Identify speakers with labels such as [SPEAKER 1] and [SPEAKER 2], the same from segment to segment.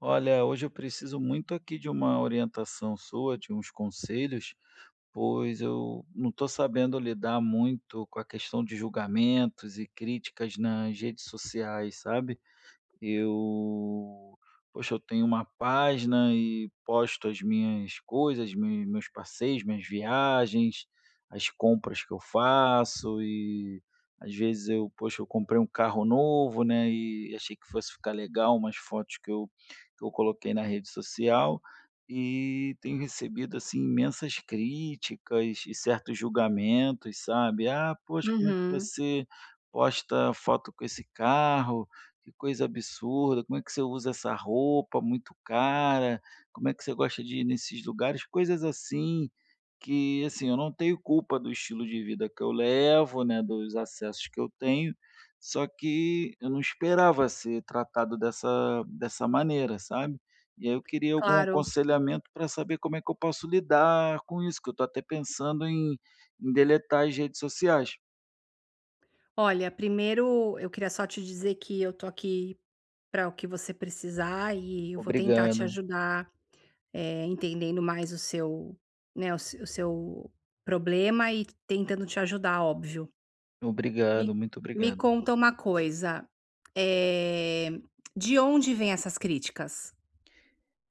[SPEAKER 1] Olha, hoje eu preciso muito aqui de uma orientação sua, de uns conselhos, pois eu não estou sabendo lidar muito com a questão de julgamentos e críticas nas redes sociais, sabe? Eu poxa, eu tenho uma página e posto as minhas coisas, me meus passeios, minhas viagens, as compras que eu faço e, às vezes, eu poxa, eu comprei um carro novo, né, e achei que fosse ficar legal umas fotos que eu coloquei na rede social, e tenho recebido, assim, imensas críticas e certos julgamentos, sabe. "Ah, poxa, como é que
[SPEAKER 2] Uhum,
[SPEAKER 1] você posta foto com esse carro? Que coisa absurda, como é que você usa essa roupa muito cara? Como é que você gosta de ir nesses lugares?" Coisas assim que, assim, eu não tenho culpa do estilo de vida que eu levo, né, dos acessos que eu tenho, só que eu não esperava ser tratado dessa maneira, sabe. E aí eu queria algum
[SPEAKER 2] claro.
[SPEAKER 1] aconselhamento para saber como é que eu posso lidar com isso, que eu estou até pensando em deletar as redes sociais.
[SPEAKER 2] Olha, primeiro eu queria só te dizer que eu tô aqui para o que você precisar e eu vou tentar te
[SPEAKER 1] Obrigado,
[SPEAKER 2] ajudar, entendendo mais o seu, né, o se- o seu problema e tentando te ajudar, óbvio.
[SPEAKER 1] obrigado,
[SPEAKER 2] Me-
[SPEAKER 1] muito
[SPEAKER 2] Me
[SPEAKER 1] obrigado.
[SPEAKER 2] conta uma coisa, eh, de onde vêm essas críticas?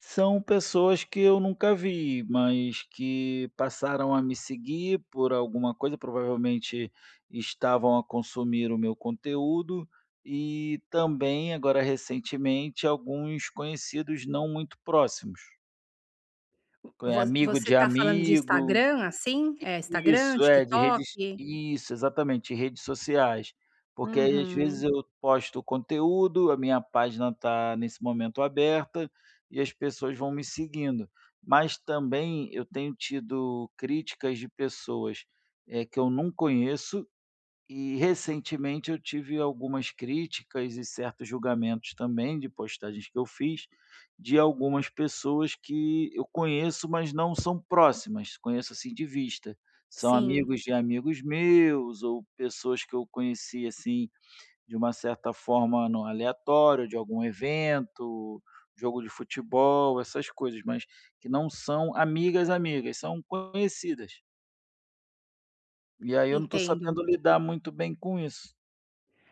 [SPEAKER 1] São pessoas que eu nunca vi, mas que passaram a me seguir por alguma coisa, provavelmente estavam a consumir o meu conteúdo, e também agora recentemente alguns conhecidos não muito próximos, co amigo
[SPEAKER 2] Você
[SPEAKER 1] de
[SPEAKER 2] tá falando de
[SPEAKER 1] amigo.
[SPEAKER 2] Instagram, assim? É Instagram,
[SPEAKER 1] Isso, é, de
[SPEAKER 2] TikTok?
[SPEAKER 1] redes isso, exatamente, de redes sociais. Porque aí, às
[SPEAKER 2] Uhum,
[SPEAKER 1] vezes, eu posto conteúdo, a minha página está, nesse momento, aberta e as pessoas vão me seguindo. Mas também eu tenho tido críticas de pessoas, que eu não conheço e recentemente eu tive algumas críticas e certos julgamentos também de postagens que eu fiz, de algumas pessoas que eu conheço, mas não são próximas, conheço assim de vista. São
[SPEAKER 2] sim,
[SPEAKER 1] amigos de amigos meus ou pessoas que eu conheci assim de uma certa forma no aleatório, de algum evento, jogo de futebol, essas coisas, mas que não são amigas, amigas, são conhecidas. E aí eu não estou
[SPEAKER 2] entendo.
[SPEAKER 1] sabendo lidar muito bem com isso.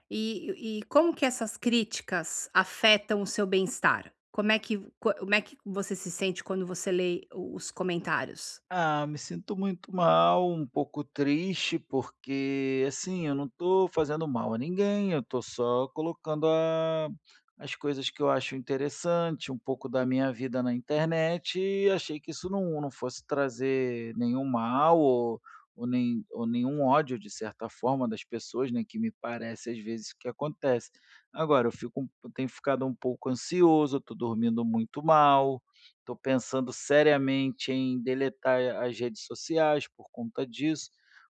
[SPEAKER 2] E como que essas críticas afetam o seu bem-estar? Como é que co como é que você se sente quando você lê os comentários?
[SPEAKER 1] Ah, me sinto muito mal, um pouco triste, porque assim, eu não estou fazendo mal a ninguém, eu estou só colocando as coisas que eu acho interessante, um pouco da minha vida na internet, e achei que isso não, não fosse trazer nenhum mal ou, nem, ou nenhum ódio, de certa forma, das pessoas, né, que me parece às vezes que acontece. Agora, eu fico, eu tenho ficado um pouco ansioso, estou dormindo muito mal. Estou pensando seriamente em deletar as redes sociais por conta disso,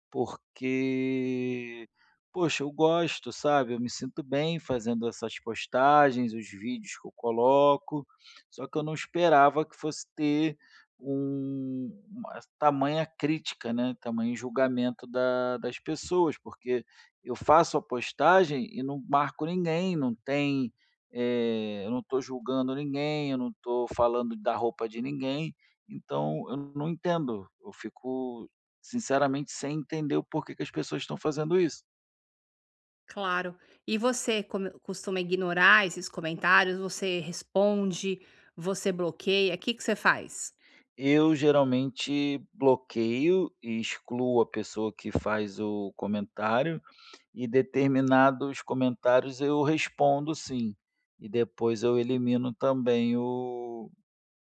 [SPEAKER 1] porque, poxa, eu gosto, sabe? Eu me sinto bem fazendo essas postagens, os vídeos que eu coloco, só que eu não esperava que fosse ter uma tamanha crítica, né? Tamanho julgamento das pessoas, porque eu faço a postagem e não marco ninguém, não tem eu não estou julgando ninguém, eu não estou falando da roupa de ninguém, então eu não entendo. Eu fico, sinceramente, sem entender o porquê que as pessoas estão fazendo isso.
[SPEAKER 2] Claro. E você come costuma ignorar esses comentários? Você responde? Você bloqueia? O que que você faz?
[SPEAKER 1] Eu geralmente bloqueio e excluo a pessoa que faz o comentário e determinados comentários eu respondo sim. E depois eu elimino também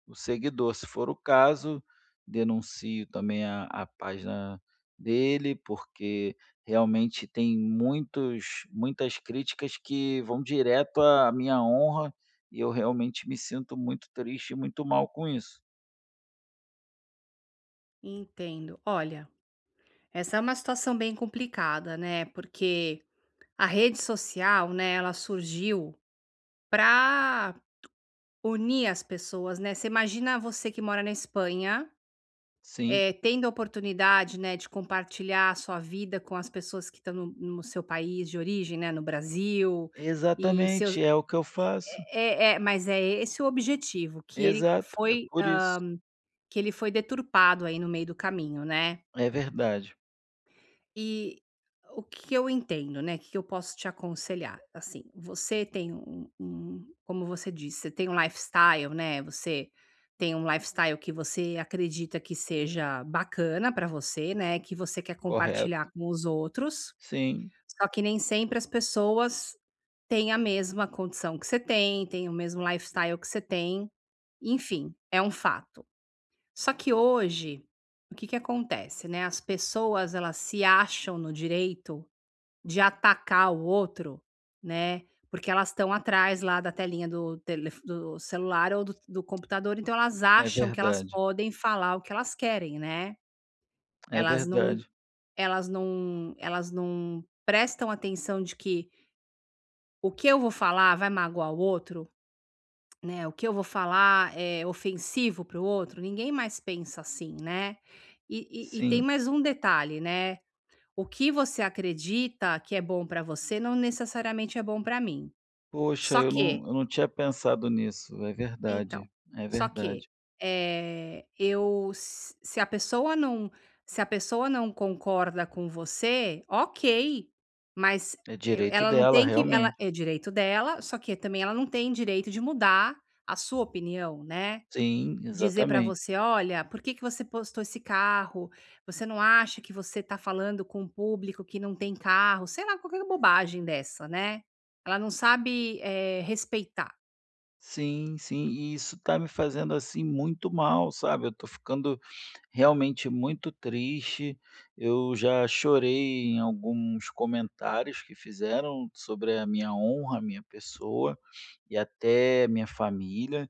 [SPEAKER 1] o seguidor, se for o caso, denuncio também a página dele, porque realmente tem muitos muitas críticas que vão direto à minha honra, e eu realmente me sinto muito triste e muito mal com isso.
[SPEAKER 2] Entendo. Olha, essa é uma situação bem complicada, né, porque a rede social, né, ela surgiu para unir as pessoas, né. Você imagina você que mora na Espanha
[SPEAKER 1] Sim,
[SPEAKER 2] tendo a oportunidade, né, de compartilhar a sua vida com as pessoas que estão no seu país de origem, né, no Brasil, e seus
[SPEAKER 1] exatamente, é o que eu faço.
[SPEAKER 2] é é é- mas é esse o objetivo que ele
[SPEAKER 1] Exato, é
[SPEAKER 2] foi,
[SPEAKER 1] por isso.
[SPEAKER 2] que ele foi deturpado aí no meio do caminho, né?
[SPEAKER 1] É verdade,
[SPEAKER 2] E o que eu entendo, né, o que eu posso te aconselhar, assim, você tem um como você disse, você tem um lifestyle, né, você tem um lifestyle que você acredita que seja bacana pra você, né, que você quer
[SPEAKER 1] correto.
[SPEAKER 2] compartilhar com os outros,
[SPEAKER 1] Sim,
[SPEAKER 2] só que nem sempre as pessoas têm a mesma condição que você tem, têm o mesmo lifestyle que você tem, enfim, é um fato. Só que hoje, o que que acontece, né, as pessoas elas se acham no direito de atacar o outro, né, porque elas estão atrás lá da telinha do telef do celular ou do computador, então elas
[SPEAKER 1] é
[SPEAKER 2] acham que elas
[SPEAKER 1] verdade,
[SPEAKER 2] podem falar o que elas querem, né.
[SPEAKER 1] é
[SPEAKER 2] Elas não en
[SPEAKER 1] verdade.
[SPEAKER 2] elas não prestam atenção de que o que eu vou falar vai magoar o outro, né. O que eu vou falar é ofensivo para o outro, ninguém mais pensa assim, né. E e tem
[SPEAKER 1] Sim.
[SPEAKER 2] mais um detalhe, né, o que você acredita que é bom para você não necessariamente é bom para mim.
[SPEAKER 1] Poxa,
[SPEAKER 2] Só que
[SPEAKER 1] eu não tinha pensado nisso. É
[SPEAKER 2] então,
[SPEAKER 1] verdade, é
[SPEAKER 2] só que,
[SPEAKER 1] verdade.
[SPEAKER 2] eu se se a pessoa não concorda com você, ok, mas
[SPEAKER 1] É
[SPEAKER 2] e
[SPEAKER 1] direito
[SPEAKER 2] ela não
[SPEAKER 1] dela,
[SPEAKER 2] tem que ela
[SPEAKER 1] realmente.
[SPEAKER 2] é direito dela, só que também ela não tem direito de mudar a sua opinião, né.
[SPEAKER 1] Sim,
[SPEAKER 2] Dizer para
[SPEAKER 1] exatamente.
[SPEAKER 2] você: "Olha, por que que você postou esse carro? Você não acha que você está falando com um público que não tem carro?" Sei lá, qualquer bobagem dessa, né. Ela não sabe, respeitar.
[SPEAKER 1] Sim, sim, e isso tá me fazendo, assim, muito mal, sabe. Eu tô ficando realmente muito triste. Eu já chorei em alguns comentários que fizeram sobre a minha honra, a minha pessoa e até a minha família.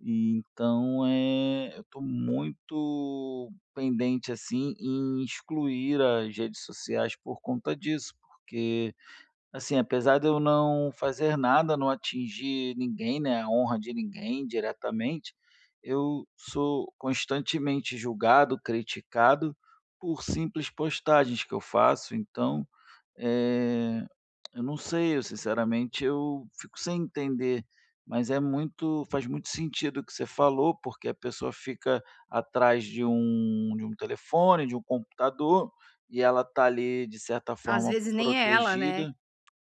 [SPEAKER 1] E então, é eu estou muito pendente, assim, em excluir as redes sociais por conta disso, porque assim, apesar de eu não fazer nada, não atingir ninguém, né, a honra de ninguém diretamente, eu sou constantemente julgado, criticado por simples postagens que eu faço. Então, eh, eu não sei, eu sinceramente eu fico sem entender, mas é muito faz muito sentido o que você falou, porque a pessoa fica atrás de um telefone, de um computador, e ela tá ali de certa
[SPEAKER 2] Às
[SPEAKER 1] forma
[SPEAKER 2] vezes nem é ela, né.
[SPEAKER 1] protegida.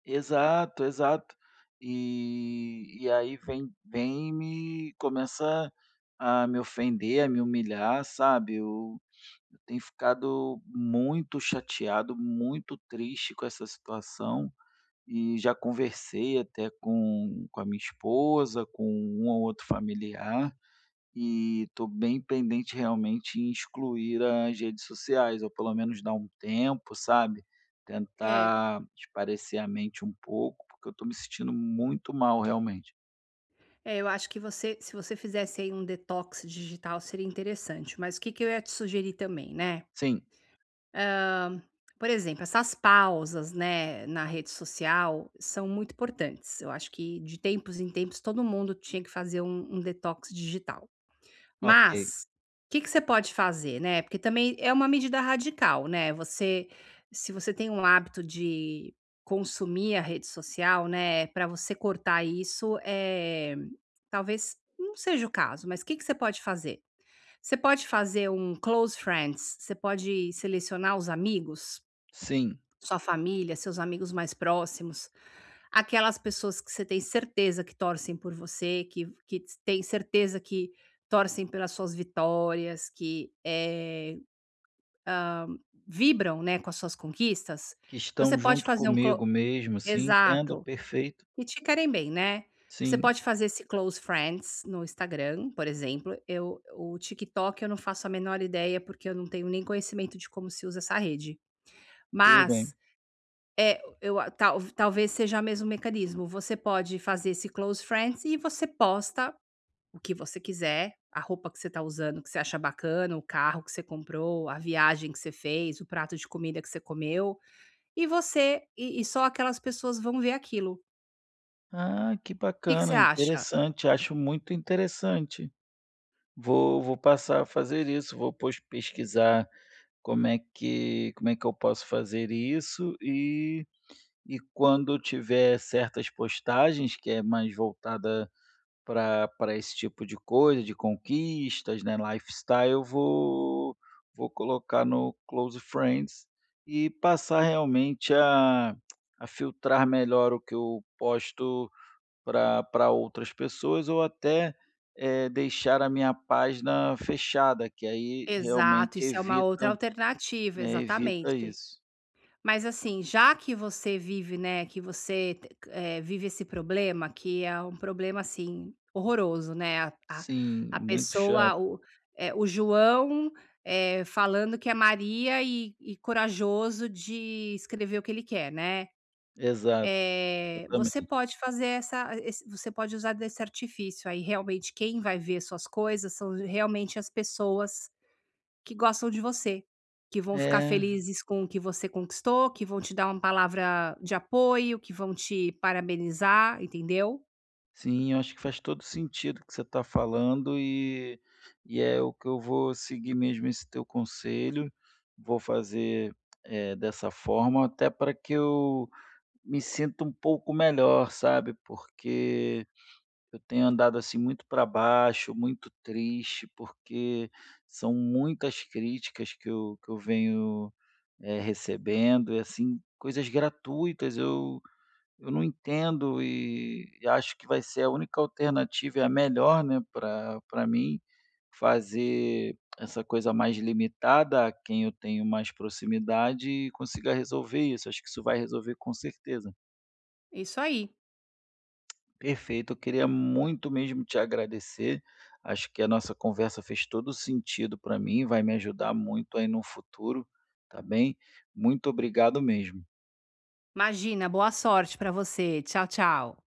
[SPEAKER 1] Exato, exato. E aí vem me começa a me ofender, a me humilhar, sabe. Eu tenho ficado muito chateado, muito triste com essa situação e já conversei até com a minha esposa, com um ou outro familiar. E estou bem pendente realmente em excluir as redes sociais, ou pelo menos dar um tempo, sabe?
[SPEAKER 2] É,
[SPEAKER 1] Tentar espairecer a mente um pouco, porque eu estou me sentindo muito mal realmente.
[SPEAKER 2] eu acho que você se você fizesse aí um detox digital seria interessante, mas o que que eu ia te sugerir também, né.
[SPEAKER 1] Sim,
[SPEAKER 2] Por exemplo, essas pausas, né, na rede social são muito importantes. Eu acho que de tempos em tempos todo mundo tinha que fazer um detox digital.
[SPEAKER 1] ok.
[SPEAKER 2] Mas, o que que você pode fazer, né, porque também é uma medida radical, né, você se você tem um hábito de consumir a rede social, né, para você cortar isso, é talvez não seja o caso, mas o que que você pode fazer? Você pode fazer um close friends, você pode selecionar os amigos,
[SPEAKER 1] Sim,
[SPEAKER 2] sua família, seus amigos mais próximos, aquelas pessoas que você tem certeza que torcem por você, que tem certeza que torcem pelas suas vitórias, que, vibram, né, com as suas conquistas,
[SPEAKER 1] que
[SPEAKER 2] você
[SPEAKER 1] estão
[SPEAKER 2] pode
[SPEAKER 1] junto
[SPEAKER 2] fazer um clo
[SPEAKER 1] comigo mesmo, sim, entendo,
[SPEAKER 2] exato,
[SPEAKER 1] perfeito,
[SPEAKER 2] que te querem bem, né. Você
[SPEAKER 1] sim,
[SPEAKER 2] pode fazer esse close friends no Instagram, por exemplo. Eu O TikTok eu não faço a menor ideia, porque eu não tenho nem conhecimento de como se usa essa rede.
[SPEAKER 1] tudo bem.
[SPEAKER 2] Mas, é, eu a tal talvez seja o mesmo mecanismo. Você pode fazer esse close friends e você posta o que você quiser, a roupa que você está usando, que você acha bacana, o carro que você comprou, a viagem que você fez, o prato de comida que você comeu, e você e só aquelas pessoas vão ver aquilo.
[SPEAKER 1] Ah, que
[SPEAKER 2] O que que você
[SPEAKER 1] bacana,
[SPEAKER 2] acha?
[SPEAKER 1] interessante, acho muito interessante. Vou, vou passar a fazer isso, vou pois, pesquisar como é que eu posso fazer isso e quando eu tiver certas postagens que é mais voltada para esse tipo de coisa, de conquistas, né, lifestyle, eu vou vou colocar no close friends e passar realmente a filtrar melhor o que eu posto para outras pessoas ou até, deixar a minha página fechada, que aí
[SPEAKER 2] Exato,
[SPEAKER 1] realmente
[SPEAKER 2] isso é uma outra
[SPEAKER 1] evita,
[SPEAKER 2] alternativa,
[SPEAKER 1] é, evita
[SPEAKER 2] exatamente.
[SPEAKER 1] isso.
[SPEAKER 2] Mas assim, já que você vive, né, que você vive esse problema, que é um problema, assim, horroroso, né, a a
[SPEAKER 1] Sim,
[SPEAKER 2] a
[SPEAKER 1] muito
[SPEAKER 2] pessoa,
[SPEAKER 1] chato.
[SPEAKER 2] o João, falando que é Maria e corajoso de escrever o que ele quer, né.
[SPEAKER 1] Exato,
[SPEAKER 2] Eh, você
[SPEAKER 1] exatamente.
[SPEAKER 2] pode fazer essa esse Você pode usar desse artifício aí, realmente quem vai ver suas coisas são realmente as pessoas que gostam de você, que vão ficar
[SPEAKER 1] É,
[SPEAKER 2] felizes com o que você conquistou, que vão te dar uma palavra de apoio, que vão te parabenizar, entendeu?
[SPEAKER 1] sim, eu acho que faz todo sentido o que você está falando e é o que eu vou seguir mesmo esse teu conselho, vou fazer, dessa forma, até para que eu me sinta um pouco melhor, sabe, porque eu tenho andado assim muito para baixo, muito triste, porque são muitas críticas que que eu venho recebendo, e assim, coisas gratuitas, eu não entendo e acho que vai ser a única alternativa, e a melhor, né, para mim, fazer essa coisa mais limitada a quem eu tenho mais proximidade e consiga resolver isso. Acho que isso vai resolver com certeza.
[SPEAKER 2] É isso aí.
[SPEAKER 1] Perfeito, eu queria muito mesmo te agradecer. Acho que a nossa conversa fez todo sentido para mim, vai me ajudar muito aí no futuro, tá bem? Muito obrigado mesmo.
[SPEAKER 2] Imagina, boa sorte pra você. Tchau, tchau.